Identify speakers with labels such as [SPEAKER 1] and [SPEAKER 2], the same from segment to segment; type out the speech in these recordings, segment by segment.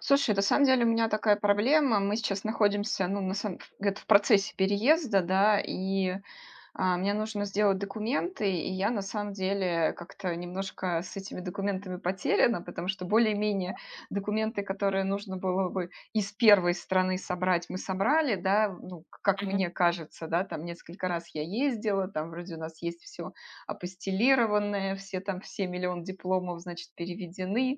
[SPEAKER 1] Слушай, на самом деле у меня такая проблема. Мы сейчас находимся, ну, это в процессе переезда, да, и мне нужно сделать документы, и я на самом деле как-то немножко с этими документами потеряна, потому что более-менее документы, которые нужно было бы из первой страны собрать, мы собрали, да, ну, как
[SPEAKER 2] Мгм.
[SPEAKER 1] мне кажется, да, там несколько раз я ездила, там вроде у нас есть все апостилированное, все там, все миллион дипломов, значит, переведены,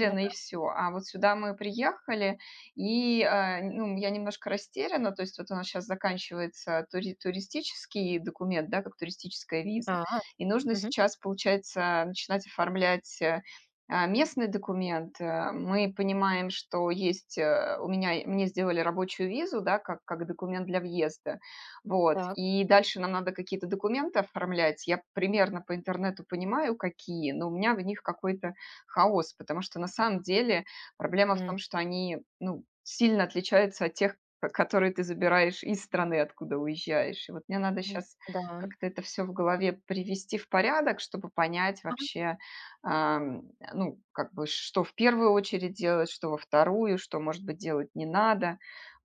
[SPEAKER 2] Ну
[SPEAKER 1] и все. А вот сюда мы приехали, и, ну, я немножко растеряна, то есть вот у нас сейчас заканчивается туристический документ, да, как туристическая виза,
[SPEAKER 2] да. А,
[SPEAKER 1] и нужно
[SPEAKER 2] мгм.
[SPEAKER 1] сейчас, получается, начинать оформлять местный документ. Мы понимаем, что есть, мне сделали рабочую визу, да, как документ для въезда, вот,
[SPEAKER 2] Так.
[SPEAKER 1] и дальше нам надо какие-то документы оформлять, я примерно по интернету понимаю, какие, но у меня в них какой-то хаос, потому что на самом деле проблема в
[SPEAKER 2] М.
[SPEAKER 1] том, что они, ну, сильно отличаются от тех, ко которые ты забираешь из страны, откуда уезжаешь. И вот мне надо
[SPEAKER 2] М,
[SPEAKER 1] сейчас
[SPEAKER 2] да.
[SPEAKER 1] как-то это все в голове привести в порядок, чтобы понять
[SPEAKER 2] Ага.
[SPEAKER 1] вообще, ам, ну, как бы, что в первую очередь делать, что во вторую, что, может быть, делать не надо.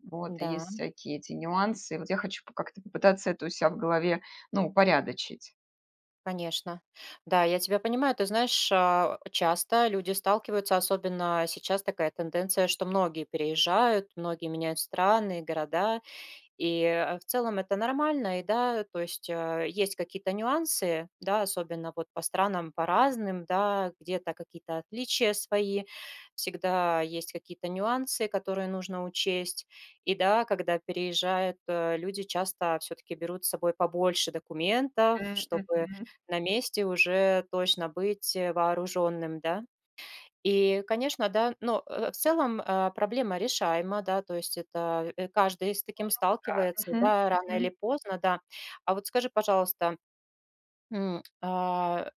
[SPEAKER 1] Вот, и
[SPEAKER 2] Да,
[SPEAKER 1] есть всякие эти нюансы. И вот я хочу по как-то попытаться это у ся в голове, ну, упорядочить.
[SPEAKER 2] конечно. Да, я тебя понимаю. Ты знаешь, часто люди сталкиваются, особенно сейчас такая тенденция, что многие переезжают, многие меняют страны, города. В целом это нормально, и да, то есть, есть какие-то нюансы, да, особенно вот по странам, по разным, да, где-то какие-то отличия свои, всегда есть какие-то нюансы, которые нужно учесть. И да, когда переезжают, люди часто все-таки берут с собой побольше документов,
[SPEAKER 1] М,
[SPEAKER 2] чтобы
[SPEAKER 1] мгм.
[SPEAKER 2] на месте уже точно быть вооруженным, да. И, конечно, да, но, в целом, проблема решаема, да, то есть это, каждый с таким
[SPEAKER 1] Так.
[SPEAKER 2] сталкивается,
[SPEAKER 1] Мгм.
[SPEAKER 2] да, рано или
[SPEAKER 1] Мгм.
[SPEAKER 2] поздно, да. А вот скажи, пожалуйста, м, а,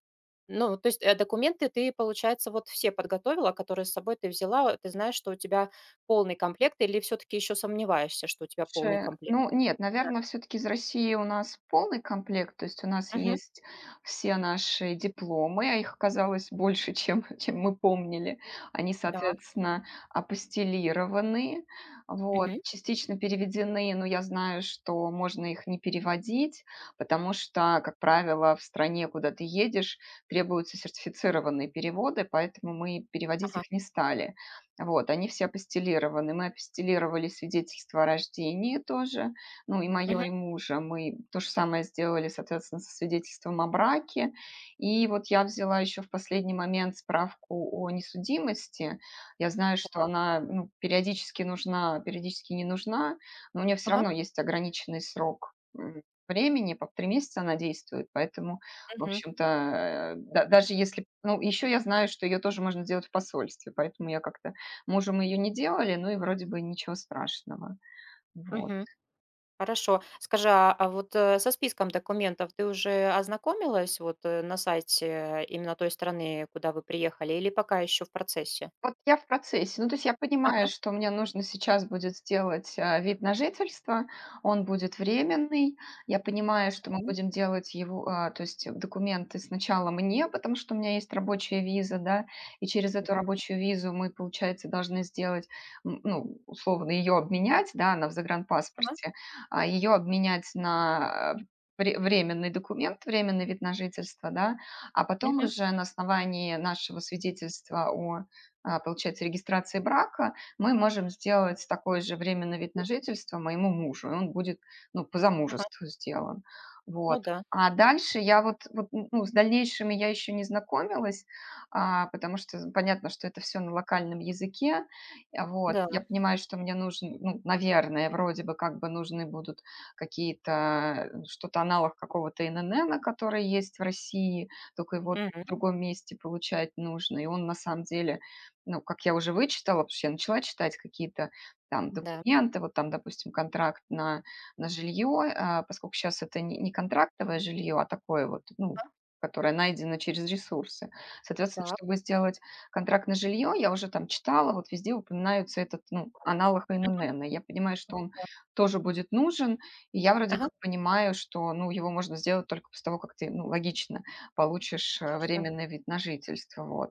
[SPEAKER 2] ну, то есть, документы ты, получается, вот все подготовила, которые с собой ты взяла, ты знаешь, что у тебя полный комплект, или все таки еще сомневаешься, что у тебя полный
[SPEAKER 1] Слушай,
[SPEAKER 2] комплект?
[SPEAKER 1] ну нет,
[SPEAKER 2] Да.
[SPEAKER 1] наверное, все-таки из России у нас полный комплект, то есть у нас
[SPEAKER 2] Мгм.
[SPEAKER 1] есть все наши дипломы, а их оказалось больше, чем, чем мы помнили. Они,
[SPEAKER 2] Так.
[SPEAKER 1] соответственно, апостилированы, вот,
[SPEAKER 2] Мгм.
[SPEAKER 1] частично переведены, но я знаю, что можно их не переводить, потому что, как правило, в стране, куда ты едешь, требуются сертифицированные переводы, поэтому мы переводить
[SPEAKER 2] Ага.
[SPEAKER 1] их не стали. Вот, они все апостилированы. Мы апостилировали свидетельство о рождении тоже, ну, и моё,
[SPEAKER 2] Мгм.
[SPEAKER 1] и мужа. Мы то же самое сделали, соответственно, со свидетельством о браке. И вот я взяла еще в последний момент справку о несудимости. Я знаю, что
[SPEAKER 2] Так.
[SPEAKER 1] она, ну, периодически нужна, периодически не нужна, но у меня все
[SPEAKER 2] Ага.
[SPEAKER 1] равно есть ограниченный срок, времени, по 3 месяца она действует, поэтому, в
[SPEAKER 2] Мгм.
[SPEAKER 1] общем-то, да даже если ну, еще я знаю, что ее тоже можно сделать в посольстве, поэтому я как-то мужем ее не делали, ну и вроде бы ничего страшного. Вот.
[SPEAKER 2] Мгм. Хорошо. Скажи, вот, со списком документов ты уже ознакомилась вот, на сайте именно той страны, куда вы приехали, или пока еще в процессе?
[SPEAKER 1] Вот я в процессе. Ну, то есть я понимаю,
[SPEAKER 2] Ага.
[SPEAKER 1] что мне нужно сейчас будет сделать, вид на жительство, он будет временный. Я понимаю, что мы
[SPEAKER 2] М,
[SPEAKER 1] будем делать его, то есть документы сначала мне, потому что у меня есть рабочая виза, да, и через
[SPEAKER 2] да.
[SPEAKER 1] эту рабочую визу мы, получается, должны сделать, ну, условно, ее обменять, да, она в
[SPEAKER 2] Ага.
[SPEAKER 1] загранпаспорте, ее обменять на, временный документ, временный вид на жительство, да, а потом
[SPEAKER 2] Мгм.
[SPEAKER 1] уже на основании нашего свидетельства о получается, регистрации брака, мы можем сделать такой же временный вид на жительство моему мужу, и он будет, ну, по
[SPEAKER 2] Ага.
[SPEAKER 1] замужеству сделан. Вот.
[SPEAKER 2] Ну да.
[SPEAKER 1] А дальше я вот, ну, с дальнейшими я еще не знакомилась, потому что понятно, что это все на локальном языке. А вот.
[SPEAKER 2] Да.
[SPEAKER 1] Я понимаю, что мне нужен, ну, наверное, вроде бы как бы нужны будут какие-то, что-то аналог какого-то ИНН, который есть в России, только его
[SPEAKER 2] Мгм.
[SPEAKER 1] в другом месте получать нужно. И он на самом деле ну, как я уже вычитала, потому что я начала читать какие-то там
[SPEAKER 2] Да.
[SPEAKER 1] документы, вот там, допустим, контракт на жилье, поскольку сейчас это не контрактовое жилье, а такое вот, ну,
[SPEAKER 2] А,
[SPEAKER 1] которое найдено через ресурсы. Соответственно,
[SPEAKER 2] так.
[SPEAKER 1] чтобы сделать контракт на жилье, я уже там читала, вот везде упоминаются этот, ну, аналог ИНН. Я понимаю, что он тоже будет нужен, и я вроде
[SPEAKER 2] Ага,
[SPEAKER 1] как понимаю, что, ну, его можно сделать только после того, как ты, ну, логично, получишь
[SPEAKER 2] конечно.
[SPEAKER 1] временный вид на жительство, вот.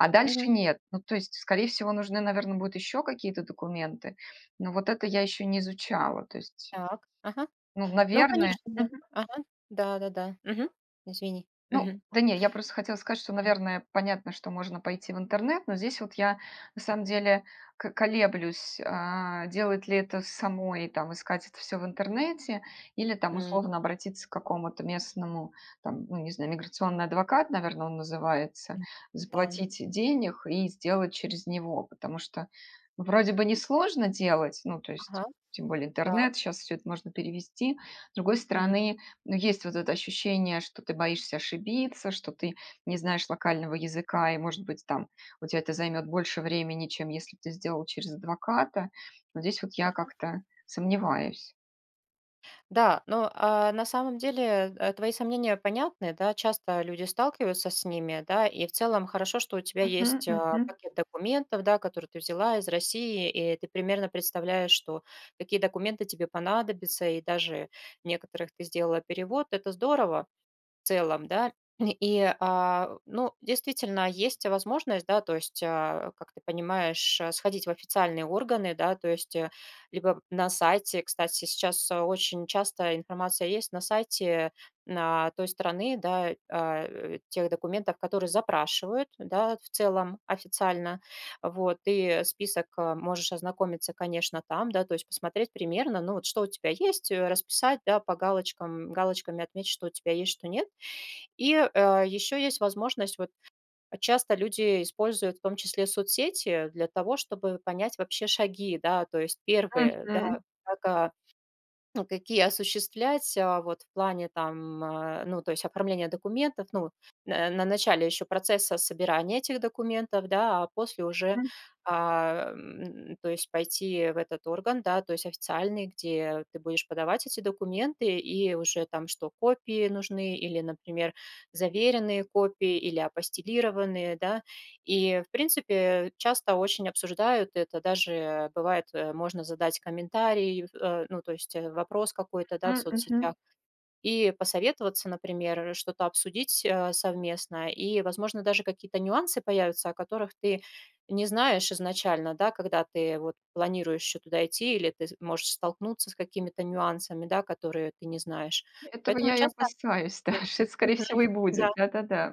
[SPEAKER 1] А дальше
[SPEAKER 2] Мгм.
[SPEAKER 1] нет. Ну, то есть, скорее всего, нужны, наверное, будут еще какие-то документы, но вот это я еще не изучала. То есть,
[SPEAKER 2] Так. Ага.
[SPEAKER 1] ну,
[SPEAKER 2] Ну,
[SPEAKER 1] наверное
[SPEAKER 2] конечно, да. Ага. Да-да-да. Мгм. Извини.
[SPEAKER 1] Ну,
[SPEAKER 2] Мгм.
[SPEAKER 1] да не, я просто хотела сказать, что,
[SPEAKER 2] М.
[SPEAKER 1] наверное, понятно, что можно пойти в интернет, но здесь вот я на самом деле колеблюсь, делать ли это самой, там, искать это все в интернете, или там условно обратиться к какому-то местному, там, ну, не знаю, миграционный адвокат, наверное, он называется,
[SPEAKER 2] М. Да.
[SPEAKER 1] заплатить денег и сделать через него, потому что ну, вроде бы несложно делать, ну, то есть
[SPEAKER 2] Ага.
[SPEAKER 1] тем более
[SPEAKER 2] Так.
[SPEAKER 1] интернет, сейчас все это можно перевести. С другой
[SPEAKER 2] Мгм.
[SPEAKER 1] стороны, но есть вот это ощущение, что ты боишься ошибиться, что ты не знаешь локального языка, и, может быть, там у тебя это займет больше времени, чем если бы ты сделал через адвоката. Но здесь вот я как-то сомневаюсь.
[SPEAKER 2] Да, но, на самом деле, твои сомнения понятны, да, часто люди сталкиваются с ними, да, и в целом хорошо, что у тебя
[SPEAKER 1] Мгм,
[SPEAKER 2] есть,
[SPEAKER 1] мгм,
[SPEAKER 2] пакет документов, да, который ты взяла из России, и ты примерно представляешь, что какие документы тебе понадобятся, и даже некоторых ты сделала перевод. Это здорово целом, да. Ну, действительно, есть возможность, да, то есть, как ты понимаешь, сходить в официальные органы, да, то есть, либо на сайте, кстати, сейчас очень часто информация есть на сайте на той страны, да, тех документов, которые запрашивают, да, в целом официально, вот, и список можешь ознакомиться, конечно, там, да, то есть посмотреть примерно, ну, вот что у тебя есть, расписать, да, по галочкам, галочками отметить, что у тебя есть, что нет, еще есть возможность, вот часто люди используют в том числе соцсети для того, чтобы понять вообще шаги, да, то есть первые, да, как, а ну, какие осуществлять, вот в плане там, ну, то есть оформления документов, ну, на начале еще процесса собирания этих документов, да, а после уже,
[SPEAKER 1] мгм,
[SPEAKER 2] то есть пойти в этот орган, да, то есть официальный, где ты будешь подавать эти документы, и уже там что, копии нужны или, например, заверенные копии или апостилированные, да, и, в принципе, часто очень обсуждают это. Даже бывает, можно задать комментарий, ну, то есть, вопрос какой-то, да, в
[SPEAKER 1] мгм, мгм.
[SPEAKER 2] соцсетях и посоветоваться, например, что-то обсудить, совместно. И, возможно, даже какие-то нюансы появятся, о которых ты не знаешь изначально, да, когда ты вот планируешь еще туда идти, или ты можешь столкнуться с какими-то нюансами, да, которые ты не знаешь.
[SPEAKER 1] Этого
[SPEAKER 2] Поэтому
[SPEAKER 1] я и
[SPEAKER 2] часто
[SPEAKER 1] опасаюсь, да,
[SPEAKER 2] Да.
[SPEAKER 1] что это, скорее всего,
[SPEAKER 2] Мгм.
[SPEAKER 1] и будет.
[SPEAKER 2] Да.
[SPEAKER 1] Да-да-да.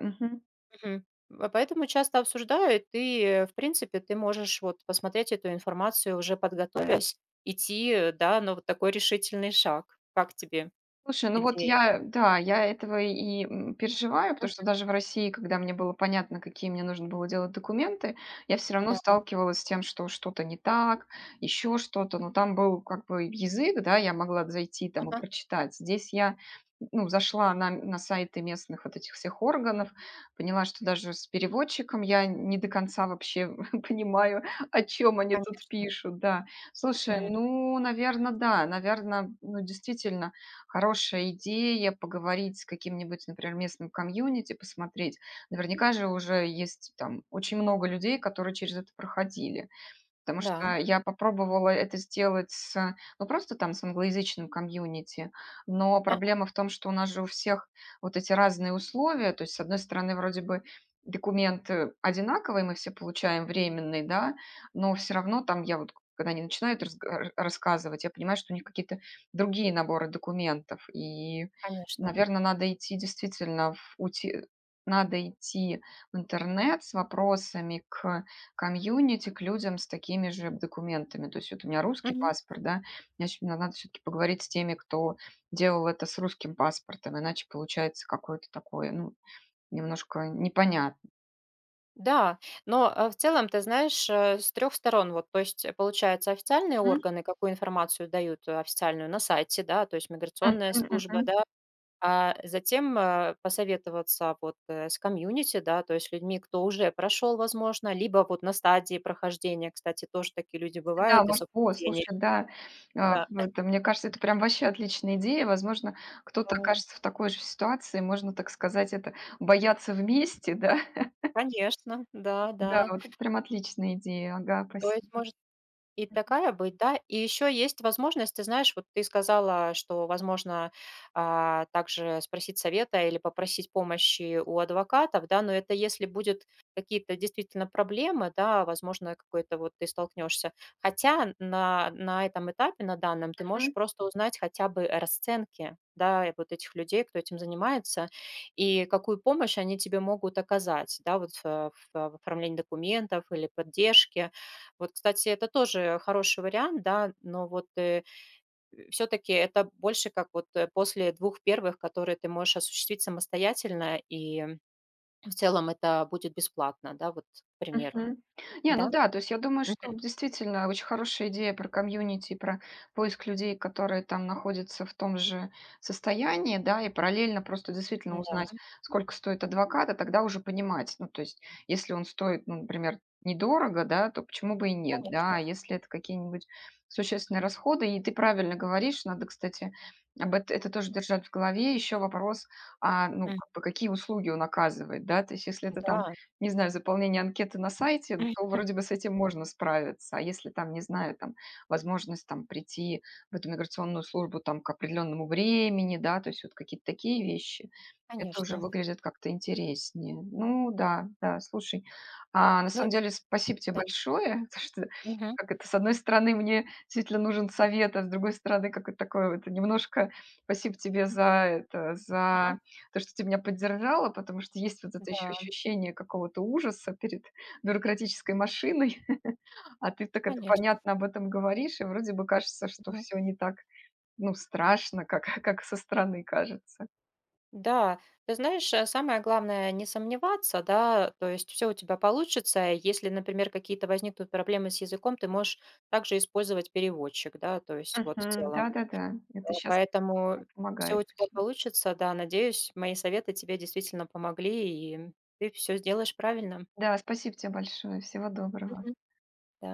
[SPEAKER 2] Мгм. А поэтому часто обсуждают, и, в принципе, ты можешь вот посмотреть эту информацию, уже подготовясь, идти, да, но вот такой решительный шаг. Как тебе
[SPEAKER 1] Слушай, ну вот
[SPEAKER 2] идея?
[SPEAKER 1] я, да, я этого и переживаю, потому
[SPEAKER 2] М,
[SPEAKER 1] что даже в России, когда мне было понятно, какие мне нужно было делать документы, я все равно
[SPEAKER 2] да,
[SPEAKER 1] сталкивалась с тем, что что-то не так, еще что-то. Но там был как бы язык, да, я могла зайти там и
[SPEAKER 2] ага,
[SPEAKER 1] прочитать. Здесь я ну, зашла на, сайты местных вот этих всех органов, поняла, что даже с переводчиком я не до конца вообще понимаю, о чем они тут
[SPEAKER 2] конечно.
[SPEAKER 1] пишут, да. Слушай,
[SPEAKER 2] М,
[SPEAKER 1] ну, наверное, да, наверное, ну, действительно, хорошая идея поговорить с каким-нибудь, например, местным комьюнити, посмотреть. Наверняка же уже есть там очень много людей, которые через это проходили. Потому
[SPEAKER 2] да.
[SPEAKER 1] что я попробовала это сделать с, ну, просто там с англоязычным комьюнити, но
[SPEAKER 2] Ага.
[SPEAKER 1] проблема в том, что у нас же у всех вот эти разные условия. То есть, с одной стороны, вроде бы документы одинаковые, мы все получаем временный, да, но все равно там я вот когда они начинают рассказывать, я понимаю, что у них какие-то другие наборы документов. И,
[SPEAKER 2] Конечно.
[SPEAKER 1] наверное, надо идти действительно надо идти в интернет с вопросами к комьюнити к людям с такими же документами. То есть вот у меня русский
[SPEAKER 2] Мгм.
[SPEAKER 1] паспорт, да, мне ещё надо все-таки поговорить с теми, кто делал это с русским паспортом, иначе получается какое-то такое, ну, немножко непонятно.
[SPEAKER 2] Да, но в целом, ты знаешь, с трех сторон, вот, то есть, получается, официальные
[SPEAKER 1] Мгм.
[SPEAKER 2] органы какую информацию дают официальную на сайте, да, то есть
[SPEAKER 1] Мгм.
[SPEAKER 2] миграционная служба,
[SPEAKER 1] Мгм.
[SPEAKER 2] да, А затем, посоветоваться вот, с комьюнити, да, то есть людьми, кто уже прошел, возможно, либо вот на стадии прохождения. Кстати, тоже такие люди
[SPEAKER 1] Да,
[SPEAKER 2] бывают, и
[SPEAKER 1] может, о,
[SPEAKER 2] совпадение.
[SPEAKER 1] слушай, да,
[SPEAKER 2] Да,
[SPEAKER 1] ну, это, мне кажется, это прям вообще отличная идея. Возможно, кто-то
[SPEAKER 2] да,
[SPEAKER 1] окажется в такой же ситуации, можно, так сказать, это бояться вместе, да.
[SPEAKER 2] конечно, да,
[SPEAKER 1] Да,
[SPEAKER 2] да.
[SPEAKER 1] вот это прям отличная идея. Ага,
[SPEAKER 2] То есть,
[SPEAKER 1] спасибо.
[SPEAKER 2] может И такая быть, да. И еще есть возможность, ты знаешь, вот ты сказала, что, возможно, также спросить совета или попросить помощи у адвокатов, да, но это если будет какие-то действительно проблемы, да, возможно, какой-то вот ты столкнешься. Хотя на этом этапе, на данном, ты можешь просто узнать хотя бы расценки, да, и вот этих людей, кто этим занимается, и какую помощь они тебе могут оказать, да, вот в оформлении документов или поддержке вот, кстати, это тоже хороший вариант, да, но вот все-таки это больше как вот после двух первых, которые ты можешь осуществить самостоятельно, и в целом это будет бесплатно, да, вот, к примеру,
[SPEAKER 1] Мгм. Не, ну
[SPEAKER 2] да?
[SPEAKER 1] да, то есть я думаю,
[SPEAKER 2] Мгм.
[SPEAKER 1] что вот действительно очень хорошая идея про комьюнити, про поиск людей, которые там находятся в том же состоянии, да, и параллельно просто действительно узнать,
[SPEAKER 2] Да,
[SPEAKER 1] сколько стоит адвокат, а тогда уже понимать, ну, то есть если он стоит, ну, например, недорого, да, то почему бы и нет, да,
[SPEAKER 2] конечно.
[SPEAKER 1] а если это какие-нибудь существенные расходы, и ты правильно говоришь, надо, кстати, об это, тоже держать в голове, еще вопрос, ну,
[SPEAKER 2] М,
[SPEAKER 1] как бы какие услуги он оказывает, да, то есть если это там
[SPEAKER 2] да,
[SPEAKER 1] не знаю, заполнение анкеты на сайте,
[SPEAKER 2] мгм,
[SPEAKER 1] то вроде бы с этим можно справиться. А если там, не знаю, там возможность там прийти в эту миграционную службу там к определенному времени, да, то есть вот какие-то такие вещи, это уже
[SPEAKER 2] конечно.
[SPEAKER 1] выглядит как-то интереснее. Ну да, да, слушай, на
[SPEAKER 2] Ну,
[SPEAKER 1] самом деле спасибо тебе
[SPEAKER 2] да.
[SPEAKER 1] большое, потому что
[SPEAKER 2] Мгм.
[SPEAKER 1] как это, с одной стороны, мне действительно нужен совет, а с другой стороны, как это такое, вот немножко спасибо тебе за это,
[SPEAKER 2] Ага,
[SPEAKER 1] за то, что ты меня поддержала, потому что есть вот это еще
[SPEAKER 2] да,
[SPEAKER 1] ощущение какого-то ужаса перед бюрократической машиной, а ты так это
[SPEAKER 2] конечно.
[SPEAKER 1] понятно об этом говоришь, и вроде бы кажется, что все не так, ну, страшно, как, как со стороны кажется.
[SPEAKER 2] Да, ты знаешь, самое главное не сомневаться, да, то есть все у тебя получится. Если, например, какие-то возникнут проблемы с языком, ты можешь также использовать переводчик, да, то есть вот в
[SPEAKER 1] Мгм.
[SPEAKER 2] целом.
[SPEAKER 1] Да-да-да, это сейчас
[SPEAKER 2] Поэтому все у
[SPEAKER 1] помогает
[SPEAKER 2] тебя
[SPEAKER 1] очень.
[SPEAKER 2] получится, да, надеюсь, мои советы тебе действительно помогли, и ты все сделаешь правильно.
[SPEAKER 1] Да, спасибо тебе большое, всего доброго.
[SPEAKER 2] Мгм. Да.